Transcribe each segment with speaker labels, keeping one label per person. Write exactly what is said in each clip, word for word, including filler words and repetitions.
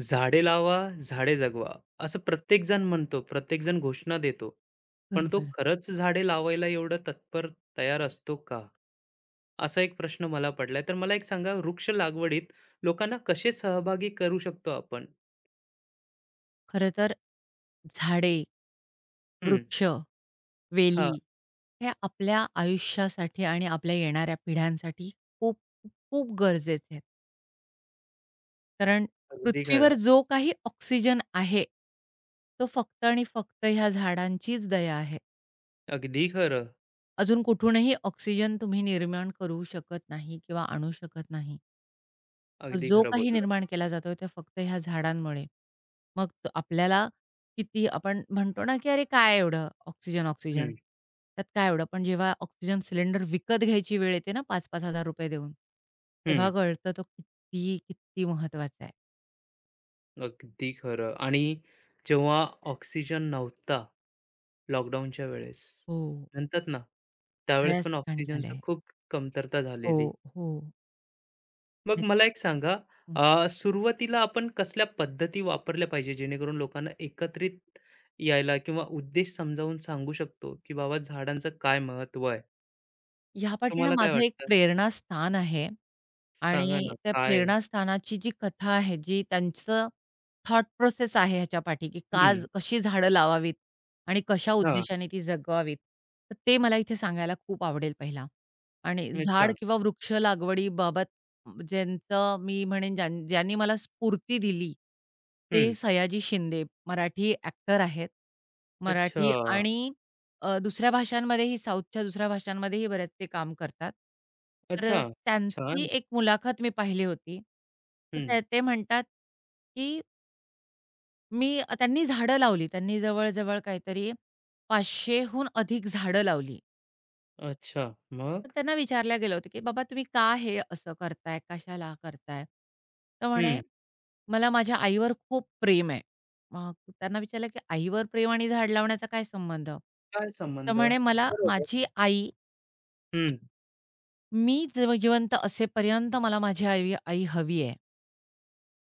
Speaker 1: झाडे लावा, झाडे जगवा, असं प्रत्येकजण म्हणतो, प्रत्येकजण घोषणा देतो. पण तो
Speaker 2: बरोबर.
Speaker 1: खरंच झाडे लावायला एवढं तत्पर तयार असतो का? असा एक प्रश्न मला पडलाय. तर मला एक सांगा, वृक्ष लागवडीत लोकांना कसे सहभागी करू शकतो आपण?
Speaker 2: खरं तर झाडे,
Speaker 1: हं,
Speaker 2: वृक्ष,
Speaker 1: हां,
Speaker 2: वेली हे आपल्या आयुष्यासाठी आणि आपल्या येणाऱ्या पिढ्यांसाठी खूप, खूप गरजेचे आहेत. कारण
Speaker 1: अगदी खरं,
Speaker 2: पृथ्वीवर जो काही ऑक्सिजन आहे, तो फक्त आणि फक्त ह्या झाडांचीच दया आहे.
Speaker 1: अगदी खरं,
Speaker 2: अजून कुठूनही ऑक्सिजन तुम्ही निर्माण करू शकत नाही किंवा आणू शकत नाही.
Speaker 1: अगदी
Speaker 2: जो
Speaker 1: खरं
Speaker 2: काही
Speaker 1: बोललं.
Speaker 2: निर्माण केला जातोय ते फक्त ह्या झाडांमुळे. मग तो आपल्याला किती आपण म्हणतो ना, की "अरे काय एवढं ऑक्सिजन, ऑक्सिजन."
Speaker 1: हं,
Speaker 2: त्यात काय एवढं? पण जेव्हा ऑक्सिजन सिलेंडर विकत घ्यायची वेळ येते ना ₹पाच हजार-पाच हजार देऊन,
Speaker 1: हं,
Speaker 2: तेव्हा कळतं तो किती, किती महत्वाचा आहे.
Speaker 1: अगदी खरं. आणि जेव्हा ऑक्सिजन नव्हता लॉकडाऊनच्या वेळेस
Speaker 2: हो.
Speaker 1: म्हणतात ना, त्यावेळेस
Speaker 2: बऱ्याच
Speaker 1: पण
Speaker 2: ठिकाणी
Speaker 1: ऑक्सिजनचं
Speaker 2: झालंय.
Speaker 1: खूप कमतरता
Speaker 2: हो,
Speaker 1: झालेली.
Speaker 2: हो.
Speaker 1: मग
Speaker 2: आणि
Speaker 1: मला एक सांगा,
Speaker 2: हं.
Speaker 1: अ, सुरुवातीला आपण कसल्या पद्धती वापरल्या पाहिजे, जेणेकरून लोकांना एकत्रित यायला किंवा उद्देश समजावून सांगू शकतो, की बाबा झाडांचं काय महत्त्व आहे?
Speaker 2: ह्यापाठी ना
Speaker 1: तुम्हाला काय
Speaker 2: माझं एक
Speaker 1: वाटतं?
Speaker 2: प्रेरणास्थान आहे
Speaker 1: सांगा
Speaker 2: आणि
Speaker 1: ना
Speaker 2: त्या
Speaker 1: काय?
Speaker 2: प्रेरणास्थानाची जी कथा आहे, जी त्यांचं थॉट प्रोसेस आहे ह्याच्यापाठी, की का
Speaker 1: हं,
Speaker 2: ज- कशी झाडं लावावीत आणि कशा
Speaker 1: हां.
Speaker 2: उद्देशाने ती जगवावीत. तर ते मला इथे सांगायला खूप आवडेल पहिला. आणि झाड
Speaker 1: अच्छा.
Speaker 2: किंवा वृक्ष लागवडीबाबत ज्यांचं मी म्हणेन ज्यां ज्यांनी मला स्फूर्ती दिली, ते
Speaker 1: हं.
Speaker 2: सयाजी शिंदे मराठी ॲक्टर आहेत.
Speaker 1: अच्छा.
Speaker 2: मराठी आणि अ, दुसऱ्या भाषांमध्येही साऊथच्या दुसऱ्या भाषांमध्येही बरेच ते काम करतात. तर अ,
Speaker 1: अच्छा.
Speaker 2: त्यांची
Speaker 1: छान.
Speaker 2: एक मुलाखत मी पाहिली होती. तर
Speaker 1: हं.
Speaker 2: ते ते म्हणतात, की मी त्यांनी झाडं लावली. त्यांनी जवळ काहीतरी पाचशे अधिक झाडं लावली.
Speaker 1: अच्छा.
Speaker 2: तर
Speaker 1: मग?
Speaker 2: त्यांना विचारलं गेलं होतं, की "बाबा तुम्ही का हे असं करताय? कशाला करताय?" तर म्हणे,
Speaker 1: हं.
Speaker 2: "मला माझ्या आईवर खूप प्रेम आहे." मग त्यांना विचारलं, की "आईवर प्रेम आणि झाड लावण्याचा काय संबंध?"
Speaker 1: काय
Speaker 2: तर
Speaker 1: संबंध?
Speaker 2: म्हणे, "मला
Speaker 1: बरोबर.
Speaker 2: माझी आई
Speaker 1: हं.
Speaker 2: मी जव जिवंत असेपर्यंत मला माझी आई आई हवी आहे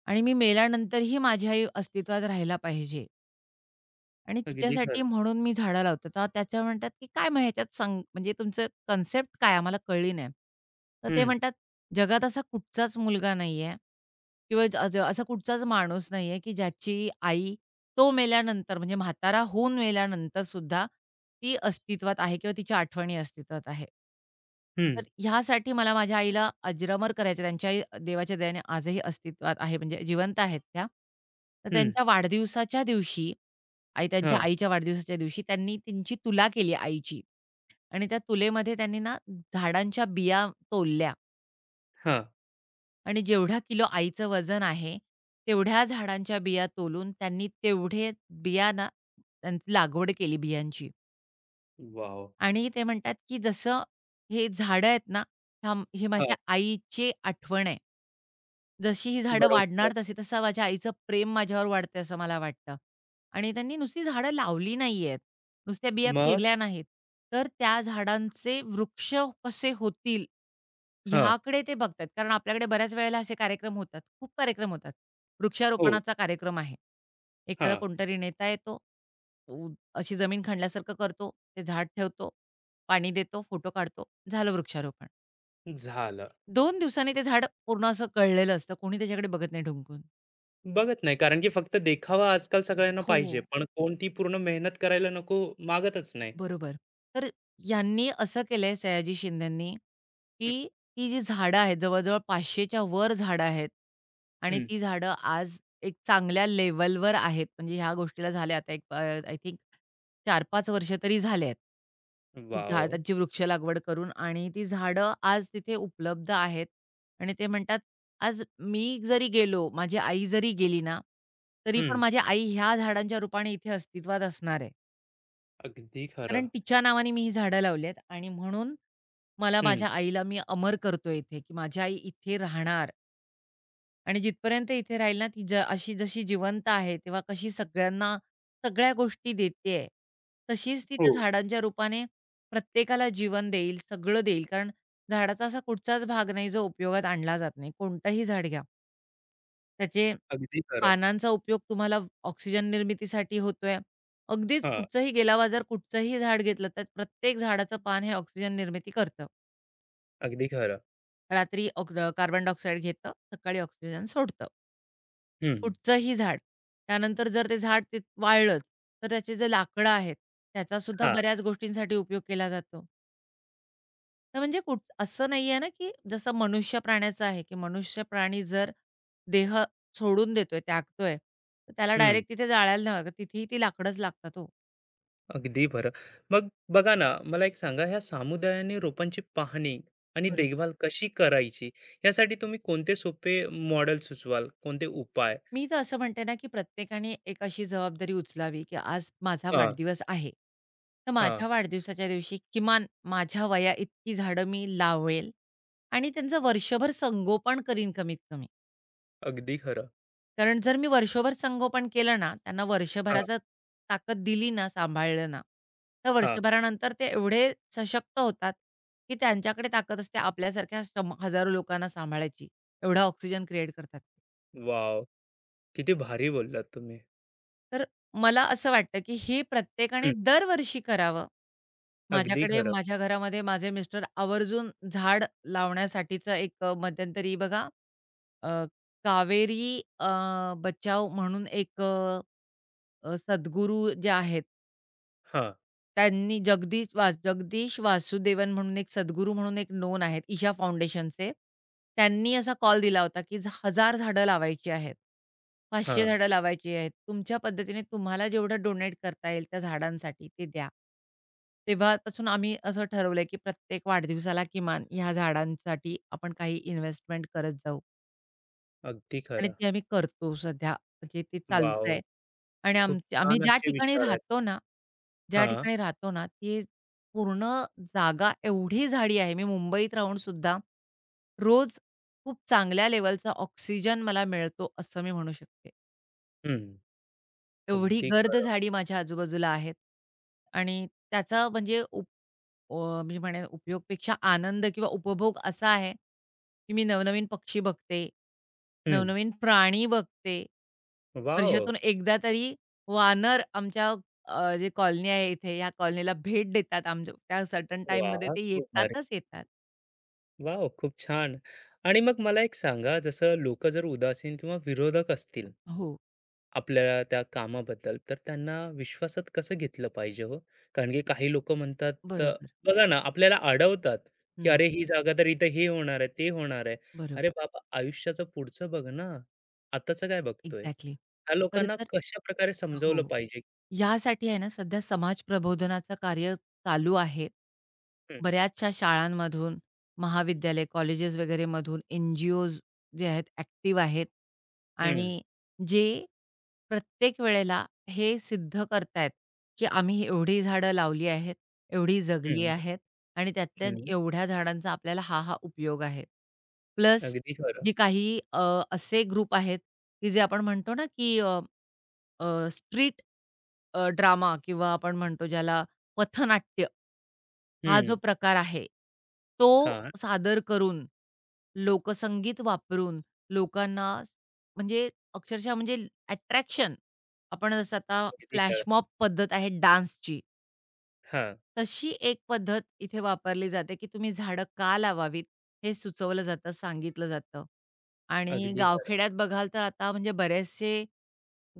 Speaker 2: आणि मी मेल्यानंतरही माझी आई अस्तित्वात राहायला पाहिजे. आणि
Speaker 1: अगदी
Speaker 2: तिच्यासाठी
Speaker 1: खरं.
Speaker 2: म्हणून मी झाडं लावते. तर त्याच्या म्हणतात, की "काय मग ह्याच्यात सांग म्हणजे तुमचं कन्सेप्ट काय आम्हाला कळली नाही." तर ते
Speaker 1: हं.
Speaker 2: म्हणतात, "जगात असा कुठचाच मुलगा नाहीये किंवा ज- अज असा कुठचाच माणूस नाहीये, की ज्याची आई तो मेल्यानंतर म्हणजे म्हातारा होऊन मेल्यानंतर सुद्धा ती अस्तित्वात आहे किंवा तिच्या आठवणी अस्तित्वात आहे."
Speaker 1: हं.
Speaker 2: तर ह्यासाठी मला माझ्या आईला अजरामर करायचं त्यांच्या आई देवाच्या दयेने आजही अस्तित्वात आहे म्हणजे जिवंत आहेत त्या. तर
Speaker 1: हं.
Speaker 2: त्यांच्या वाढदिवसाच्या दिवशी आई त्यांच्या
Speaker 1: हां.
Speaker 2: आईच्या वाढदिवसाच्या दिवशी त्यांनी त्यांची तुला केली आईची आणि त्या तुलेमध्ये त्यांनी ना झाडांच्या बिया तोलल्या
Speaker 1: हां.
Speaker 2: आणि जेवढा किलो आईचं वजन आहे, तेवढ्या झाडांच्या बिया तोलून त्यांनी तेवढे बिया ना त्यांची लागवड केली बियांची.
Speaker 1: वॉव!
Speaker 2: आणि ते म्हणतात, की जसं हे झाडं आहेत ना, थांब हे
Speaker 1: हां.
Speaker 2: माझ्या आईची आठवण आहे. जशी ही झाडं
Speaker 1: बरोबर.
Speaker 2: वाढणार तशी तसं माझ्या आईचं प्रेम माझ्यावर वाढतंय असं मला वाटतं. आणि त्यांनी नुसती झाडं लावली नाहीयेत, नुसत्या बिया
Speaker 1: मग?
Speaker 2: पेरल्या नाहीत. तर त्या झाडांचे वृक्ष कसे होतील
Speaker 1: हां.
Speaker 2: ह्याकडे ते बघतात. कारण आपल्याकडे बऱ्याच वेळेला असे कार्यक्रम होतात. खूप कार्यक्रम होतात.
Speaker 1: हो.
Speaker 2: वृक्षारोपणाचा कार्यक्रम आहे. एखादा
Speaker 1: हां,
Speaker 2: कोणतरी नेता येतो. उ अशी जमीन खणल्यासारखं करतो. ते झाड ठेवतो. पाणी देतो, फोटो काढतो. झालं वृक्षारोपण.
Speaker 1: झालं.
Speaker 2: दोन दिवसांनी ते झाड पूर्ण असं गळलेलं असतं. कोणी त्याच्याकडे बघत नाही ढुंकून.
Speaker 1: बघत नाही, कारण की फक्त देखावा आजकाल सगळ्यांना
Speaker 2: हो.
Speaker 1: पाहिजे, पण कोण ती पूर्ण मेहनत करायला नको मागतच नाही.
Speaker 2: बरोबर. तर यांनी असं केलंय सयाजी शिंदेंनी,
Speaker 1: हं,
Speaker 2: की ही जी झाडं आहेत, जवळ-जवळ 500च्या वर झाडं आहेत आणि
Speaker 1: हं.
Speaker 2: ती झाडं आज एक चांगल्या लेव्हलवर आहेत. म्हणजे ह्या गोष्टीला झाल्या आता एक अ, आय थिंक चार पाच वर्ष तरी झाले आहेत. ती झाड
Speaker 1: वाव,
Speaker 2: त्यांची वृक्ष लागवड करून आणि ती झाडं आज तिथे उपलब्ध आहेत आणि ते म्हणतात, "आज मी जरी गेलो, माझी आई जरी गेली ना, तरी पण
Speaker 1: हं,
Speaker 2: माझी आई ह्या झाडांच्या रूपाने इथे अस्तित्वात असणार आहे."
Speaker 1: अगदी खरं.
Speaker 2: कारण तिच्या नावाने मी ही झाडं लावली आहेत आणि म्हणून मला
Speaker 1: हं,
Speaker 2: माझ्या आईला मी अमर करतोय इथे, की माझी आई इथे राहणार आणि जिथपर्यंत इथे राहील ना, ती ज अशी जशी जिवंत आहे, तेव्हा कशी सगळ्यांना सगळ्या गोष्टी देतेय, तशीच ती त्या
Speaker 1: हो,
Speaker 2: झाडांच्या रूपाने प्रत्येकाला जीवन देईल, सगळं देईल. कारण झाडाचा असा कुठचाच भाग नाही, जो उपयोगात आणला जात नाही. कोणतंही झाड घ्या त्याचे
Speaker 1: अगदी खरं.
Speaker 2: पानांचा उपयोग तुम्हाला ऑक्सिजन निर्मितीसाठी होतोय. अगदीच
Speaker 1: हां,
Speaker 2: कुठचंही गेला-बाजार कुठचंही झाड घेतलं, तर प्रत्येक झाडाचं पान हे ऑक्सिजन निर्मिती करतं.
Speaker 1: अगदी खरं.
Speaker 2: रात्री ऑक कार्बन डायऑक्साईड घेतं, सकाळी ऑक्सिजन सोडतं.
Speaker 1: हं,
Speaker 2: कुठचंही झाड. त्यानंतर जर ते झाड ते वाळलंच, तर त्याचे जे लाकडं आहेत, त्याचासुद्धा
Speaker 1: हां,
Speaker 2: बऱ्याच गोष्टींसाठी उपयोग केला जातो. तर म्हणजे कुठ असं नाहीये ना, की जसं मनुष्य प्राण्याचं आहे, की मनुष्य प्राणी जर देह सोडून देतोय, त्यागतोय, तर त्याला
Speaker 1: हं,
Speaker 2: डायरेक्ट तिथे जाळायला नाही लागत. तिथेही ती लाकडंच लागतात हो.
Speaker 1: अगदी खरं. मग बघा ना, मला एक सांगा, ह्या समुदायाने रोपांची पाहणी आणि
Speaker 2: बरोबर.
Speaker 1: देखभाल कशी करायची, यासाठी तुम्ही कोणते सोपे मॉडेल सुचवाल? कोणते उपाय?
Speaker 2: मी तर असं म्हणते ना, की प्रत्येकाने एक अशी जबाबदारी उचलावी, की आज माझा
Speaker 1: हां,
Speaker 2: वाढदिवस आहे. तर
Speaker 1: हां,
Speaker 2: माझ्या वाढदिवसाच्या दिवशी किमान माझ्या वयाइतकी झाडं मी लावेल आणि त्यांचं वर्षभर संगोपन करीन कमीत कमी.
Speaker 1: अगदी खरं.
Speaker 2: कारण जर मी वर्षभर संगोपन केलं ना, त्यांना
Speaker 1: हां,
Speaker 2: वर्षभराचं ताकद दिली ना, सांभाळलं ना, तर
Speaker 1: हां,
Speaker 2: वर्षभरानंतर ते एवढे सशक्त होतात, की त्यांच्याकडे ताकद असते आपल्यासारख्या शं हजारो लोकांना सांभाळायची. एवढा ऑक्सिजन क्रिएट करतात.
Speaker 1: वॉव! किती भारी बोललात तुम्ही.
Speaker 2: तर मला असं वाटतं, की हे प्रत्येकाने
Speaker 1: हं.
Speaker 2: दरवर्षी करावं.
Speaker 1: अगदी
Speaker 2: माझ्याकडे
Speaker 1: खरं.
Speaker 2: माझ्या घरामध्ये माझे मिस्टर आवर्जून झाड लावण्यासाठीचं एक अ, मध्यंतरी बघा अ, कावेरी अ, बचाव म्हणून एक अ, सद्गुरू जे आहेत,
Speaker 1: हां,
Speaker 2: त्यांनी जगदीश वास जगदीश वासुदेवन म्हणून एक सद्गुरू म्हणून एक नोन आहेत, ईशा फाउंडेशनचे. त्यांनी असा कॉल दिला होता, की एक हजार झाडं लावायची आहेत. पाचशे
Speaker 1: हां.
Speaker 2: झाडं लावायची आहेत. तुमच्या पद्धतीने तुम्हाला जेवढं डोनेट करता येईल त्या झाडांसाठी ते द्या. तेव्हापासून आम्ही असं ठरवलंय, की प्रत्येक वाढदिवसाला किमान ह्या झाडांसाठी आपण काही इन्व्हेस्टमेंट करत जाऊ.
Speaker 1: अगदी
Speaker 2: आणि
Speaker 1: खरं.
Speaker 2: ते आम्ही करतो सध्या, म्हणजे ते
Speaker 1: वॉव!
Speaker 2: चालतंय. आणि
Speaker 1: खूप
Speaker 2: आमच्या आम्ही
Speaker 1: छान
Speaker 2: ज्या
Speaker 1: असे
Speaker 2: ठिकाणी
Speaker 1: विचार आहेत.
Speaker 2: राहतो ना, ज्या
Speaker 1: हां.
Speaker 2: ठिकाणी राहतो ना, ती पूर्ण जागा एवढी झाडी आहे. मी मुंबईत राहून सुद्धा रोज खूप चांगल्या लेवलचा ऑक्सिजन मला मिळतो, असं मी म्हणू शकते.
Speaker 1: हं.
Speaker 2: एवढी
Speaker 1: अगदी
Speaker 2: गर्द
Speaker 1: खरं.
Speaker 2: झाडी माझ्या आजूबाजूला आहेत आणि त्याचा म्हणजे उप अ, मी म्हणेन उपयोगपेक्षा आनंद किंवा उपभोग असा आहे, की मी नवनवीन पक्षी बघते,
Speaker 1: हं.
Speaker 2: नवनवीन प्राणी बघते.
Speaker 1: वॉव!
Speaker 2: वर्षातून एकदा तरी वानर आमच्या अ, जे कॉलनी आहे इथे, या कॉलनीला भेट देतात. आमच्या त्या सर्टन टाईममध्ये
Speaker 1: वाह!
Speaker 2: ते
Speaker 1: खूप भारी.
Speaker 2: येतातच येतात.
Speaker 1: वॉव! खूप छान. आणि मग मला एक सांगा, जसं लोकं जर उदासीन किंवा विरोधक असतील,
Speaker 2: हो,
Speaker 1: आपल्या त्या कामाबद्दल, तर त्यांना विश्वासात कसं घेतलं पाहिजे हो? कारण की काही लोकं म्हणतात अ,
Speaker 2: बरोबर.
Speaker 1: बघा ना, आपल्याला अडवतात, की
Speaker 2: हं,
Speaker 1: "अरे, ही जागा तर इथे हे होणार आहे, ते होणार आहे."
Speaker 2: बरोबर.
Speaker 1: अरे बाबा, आयुष्याचं पुढचं बघ ना, आताचं काय बघतोय?
Speaker 2: एक्झॅक्टली.
Speaker 1: ह्या
Speaker 2: खरं
Speaker 1: लोकांना
Speaker 2: तर
Speaker 1: कशाप्रकारे समजवलं
Speaker 2: हो.
Speaker 1: पाहिजे?
Speaker 2: यासाठी आहे ना सध्या समाज प्रबोधनाचं कार्य चालू आहे.
Speaker 1: हं,
Speaker 2: बऱ्याचशा शाळांमधून, महाविद्यालय, कॉलेजेस वगैरे मधून एन-जी-ओज जे आहेत ॲक्टिव्ह आहेत
Speaker 1: हं,
Speaker 2: आणि जे प्रत्येक वेळेला हे सिद्ध करतायत, की आम्ही एवढी झाडं लावली आहेत, एवढी जगली
Speaker 1: हं,
Speaker 2: आहेत आणि त्यातल्या
Speaker 1: हं.
Speaker 2: एवढ्या झाडांचा आपल्याला हा, हा उपयोग आहे. प्लस
Speaker 1: अगदी खरं.
Speaker 2: जे काही अ, असे ग्रुप आहेत, की जे आपण म्हणतो ना, की स्ट्रीट अ, ड्रामा किंवा आपण म्हणतो ज्याला पथनाट्य, हा
Speaker 1: हं.
Speaker 2: जो प्रकार आहे, तो
Speaker 1: हां,
Speaker 2: सादर करून, लोकसंगीत वापरून लोकांना म्हणजे अक्षरशः म्हणजे अट्रॅक्शन आपण जसं आता
Speaker 1: अगदी खरं.
Speaker 2: फ्लॅशमॉब पद्धत आहे डान्सची,
Speaker 1: हां,
Speaker 2: तशी एक पद्धत इथे वापरली जाते, की तुम्ही झाडं का लावावीत हे सुचवलं जातं, सांगितलं जातं. आणि
Speaker 1: अगदी खरं.
Speaker 2: गावखेड्यात बघाल तर आता म्हणजे बरेचसे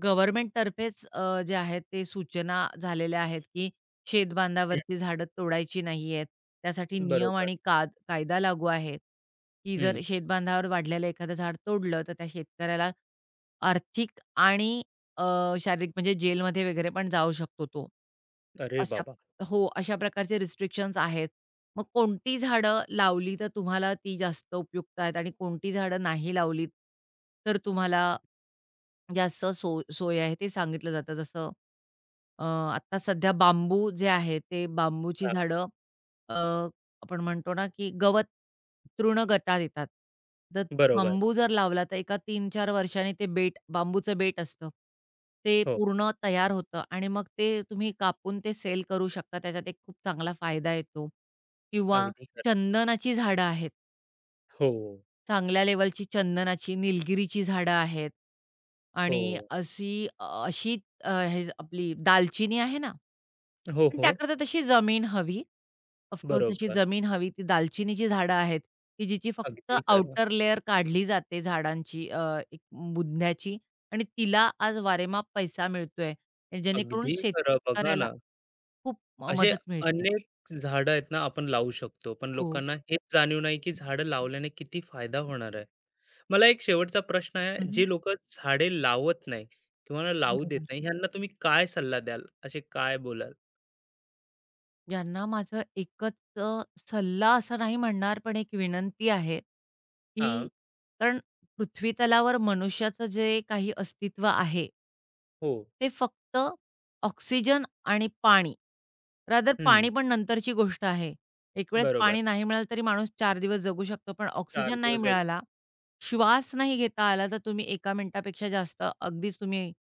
Speaker 2: गव्हर्नमेंटतर्फेच अ, जे आहेत ते सूचना झालेल्या आहेत, की शेतबांधावरची झाडं तोडायची नाही आहेत. त्यासाठी नियम
Speaker 1: बरोबर.
Speaker 2: आणि काद कायदा लागू आहे, की जर
Speaker 1: हं.
Speaker 2: शेतबांधावर वाढलेलं एखादं झाड तोडलं, तर त्या शेतकऱ्याला आर्थिक आणि अ, शारीरिक म्हणजे जेलमध्ये वगैरे पण जाऊ शकतो तो.
Speaker 1: अरे
Speaker 2: अशा
Speaker 1: बाबा!
Speaker 2: हो, अशा प्रकारचे रिस्ट्रिक्शन्स आहेत. मग कोणती झाडं लावली तर तुम्हाला ती जास्त उपयुक्त आहेत आणि कोणती झाडं नाही लावलीत, तर तुम्हाला जास्त सो सोय आहे ते सांगितलं जातं. जसं अ, आत्ता सध्या बांबू जे आहे ते बांबूची
Speaker 1: हां,
Speaker 2: झाडं अ, आपण म्हणतो ना, की गवत तृणगटा देतात. तर
Speaker 1: बरोबर.
Speaker 2: बांबू जर लावला तर एका तीन-चार वर्षांनी ते बेट बांबूचं बेट असतं. ते
Speaker 1: हो,
Speaker 2: पूर्ण तयार होतं आणि मग ते तुम्ही कापून ते सेल करू शकता. त्याच्यात एक खूप चांगला फायदा येतो किंवा
Speaker 1: अगदी खरं.
Speaker 2: चंदनाची झाडं आहेत.
Speaker 1: हो,
Speaker 2: चांगल्या लेव्हलची चंदनाची, निलगिरीची झाडं आहेत
Speaker 1: हो.
Speaker 2: आणि अशी अ, अशी अ, हे आपली दालचिनी आहे ना,
Speaker 1: हो,
Speaker 2: पण
Speaker 1: हो.
Speaker 2: त्याकरता तशी जमीन हवी. ऑफकोर्स तशी
Speaker 1: बरोबर.
Speaker 2: जमीन हवी. ती दालचिनीची झाडं आहेत, की जिची फक्त
Speaker 1: अगदी खरं.
Speaker 2: आउटर लेयर काढली जाते झाडांची अ, एक बुधण्याची आणि तिला आज वारेमाप पैसा मिळतोय. जेणेकरून
Speaker 1: अगदी खरं. बघा
Speaker 2: शेतकऱ्याला
Speaker 1: ना,
Speaker 2: खूप
Speaker 1: असे
Speaker 2: मदत मिळते.
Speaker 1: अनेक झाडं आहेत ना, आपण लावू शकतो. पण
Speaker 2: हो.
Speaker 1: लोकांना हेच जाणीव नाही, की झाडं लावल्याने किती फायदा होणार आहे. मला एक शेवटचा प्रश्न आहे,
Speaker 2: हं, हं.
Speaker 1: जे लोकं झाडे लावत नाही किंवा ना लावू देत
Speaker 2: बरोबर.
Speaker 1: नाही, ह्यांना तुम्ही काय सल्ला द्याल? असे काय बोलाल?
Speaker 2: यांना माझं एकच अ, सल्ला असा नाही म्हणणार, पण एक विनंती आहे, की
Speaker 1: हां,
Speaker 2: कारण पृथ्वीतलावर मनुष्याचं जे काही अस्तित्व आहे
Speaker 1: हो.
Speaker 2: ते फक्त ऑक्सिजन आणि पाणी. रादर
Speaker 1: हं,
Speaker 2: पाणी पण नंतरची गोष्ट आहे. एक वेळेस
Speaker 1: बरोबर.
Speaker 2: पाणी नाही मिळालं तरी माणूस चार दिवस जगू शकतो, पण
Speaker 1: चार
Speaker 2: ऑक्सिजन नाही
Speaker 1: दिवस जगू.
Speaker 2: मिळाला, श्वास नाही घेता आला, तर तुम्ही एक मिनिटापेक्षा जास्त अगदीच तुम्ही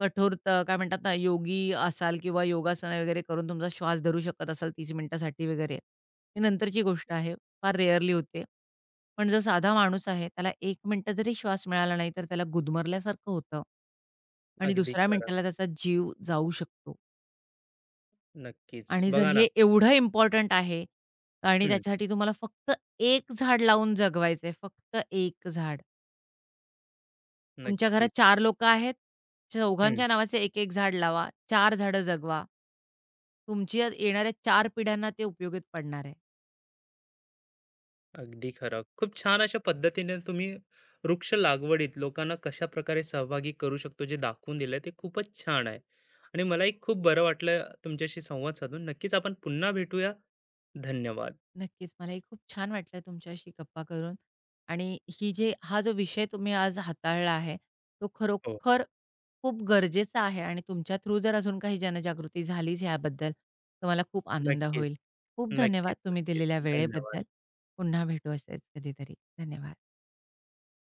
Speaker 2: कठोरता काय म्हणतात ना, योगी असाल किंवा योगासनं वगैरे करून तुमचा श्वास धरू शकत असाल तीस मिनिटासाठी वगैरे, ही नंतरची गोष्ट आहे. फार रेअरली होते. पण जो साधा माणूस आहे, त्याला एक मिनिटं जरी श्वास मिळाला नाही, तर त्याला गुदमरल्यासारखं होतं आणि
Speaker 1: अगदी
Speaker 2: दुसऱ्या
Speaker 1: खरं.
Speaker 2: मिनिटाला त्याचा जीव जाऊ शकतो
Speaker 1: नक्कीच.
Speaker 2: आणि जर
Speaker 1: बघा ना
Speaker 2: हे एवढं इम्पोर्टंट आहे आणि
Speaker 1: हं,
Speaker 2: त्याच्यासाठी तुम्हाला फक्त एक झाड लावून जगवायचं आहे, फक्त एक झाड. तुमच्या घरात
Speaker 1: नक्कीच.
Speaker 2: चार लोकं आहेत,
Speaker 1: हं,
Speaker 2: चौघांच्या नावाचे एक एक झाड लावा, चार झाडं जगवा. तुमच्या येणाऱ्या चार पिढ्यांना ते उपयोगी पडणार आहे.
Speaker 1: अगदी खरं. खूप छान अशा पद्धतीने तुम्ही वृक्ष लागवडीत लोकांना कशाप्रकारे सहभागी करू शकतो जे दाखवून दिलंय ते खूपच छान आहे. आणि मलाही खूप बरं वाटलं तुमच्याशी संवाद साधून. नक्कीच आपण पुन्हा भेटूया. धन्यवाद.
Speaker 2: नक्कीच. मलाही खूप छान वाटलं तुमच्याशी गप्पा करून आणि ही जे हा जो विषय तुम्ही आज हाताळला आहे, तो
Speaker 1: हो.
Speaker 2: खरोखर खूप गरजेचा आहे आणि तुमच्या थ्रू जर अजून काही जनजागृती झालीच याबद्दल, तर मला खूप आनंद
Speaker 1: नक्कीच,
Speaker 2: होईल. खूप धन्यवाद
Speaker 1: नक्कीच,
Speaker 2: तुम्ही
Speaker 1: नक्कीच.
Speaker 2: दिलेल्या
Speaker 1: धन्यवाद.
Speaker 2: वेळेबद्दल. पुन्हा भेटू असेच कधीतरी. धन्यवाद.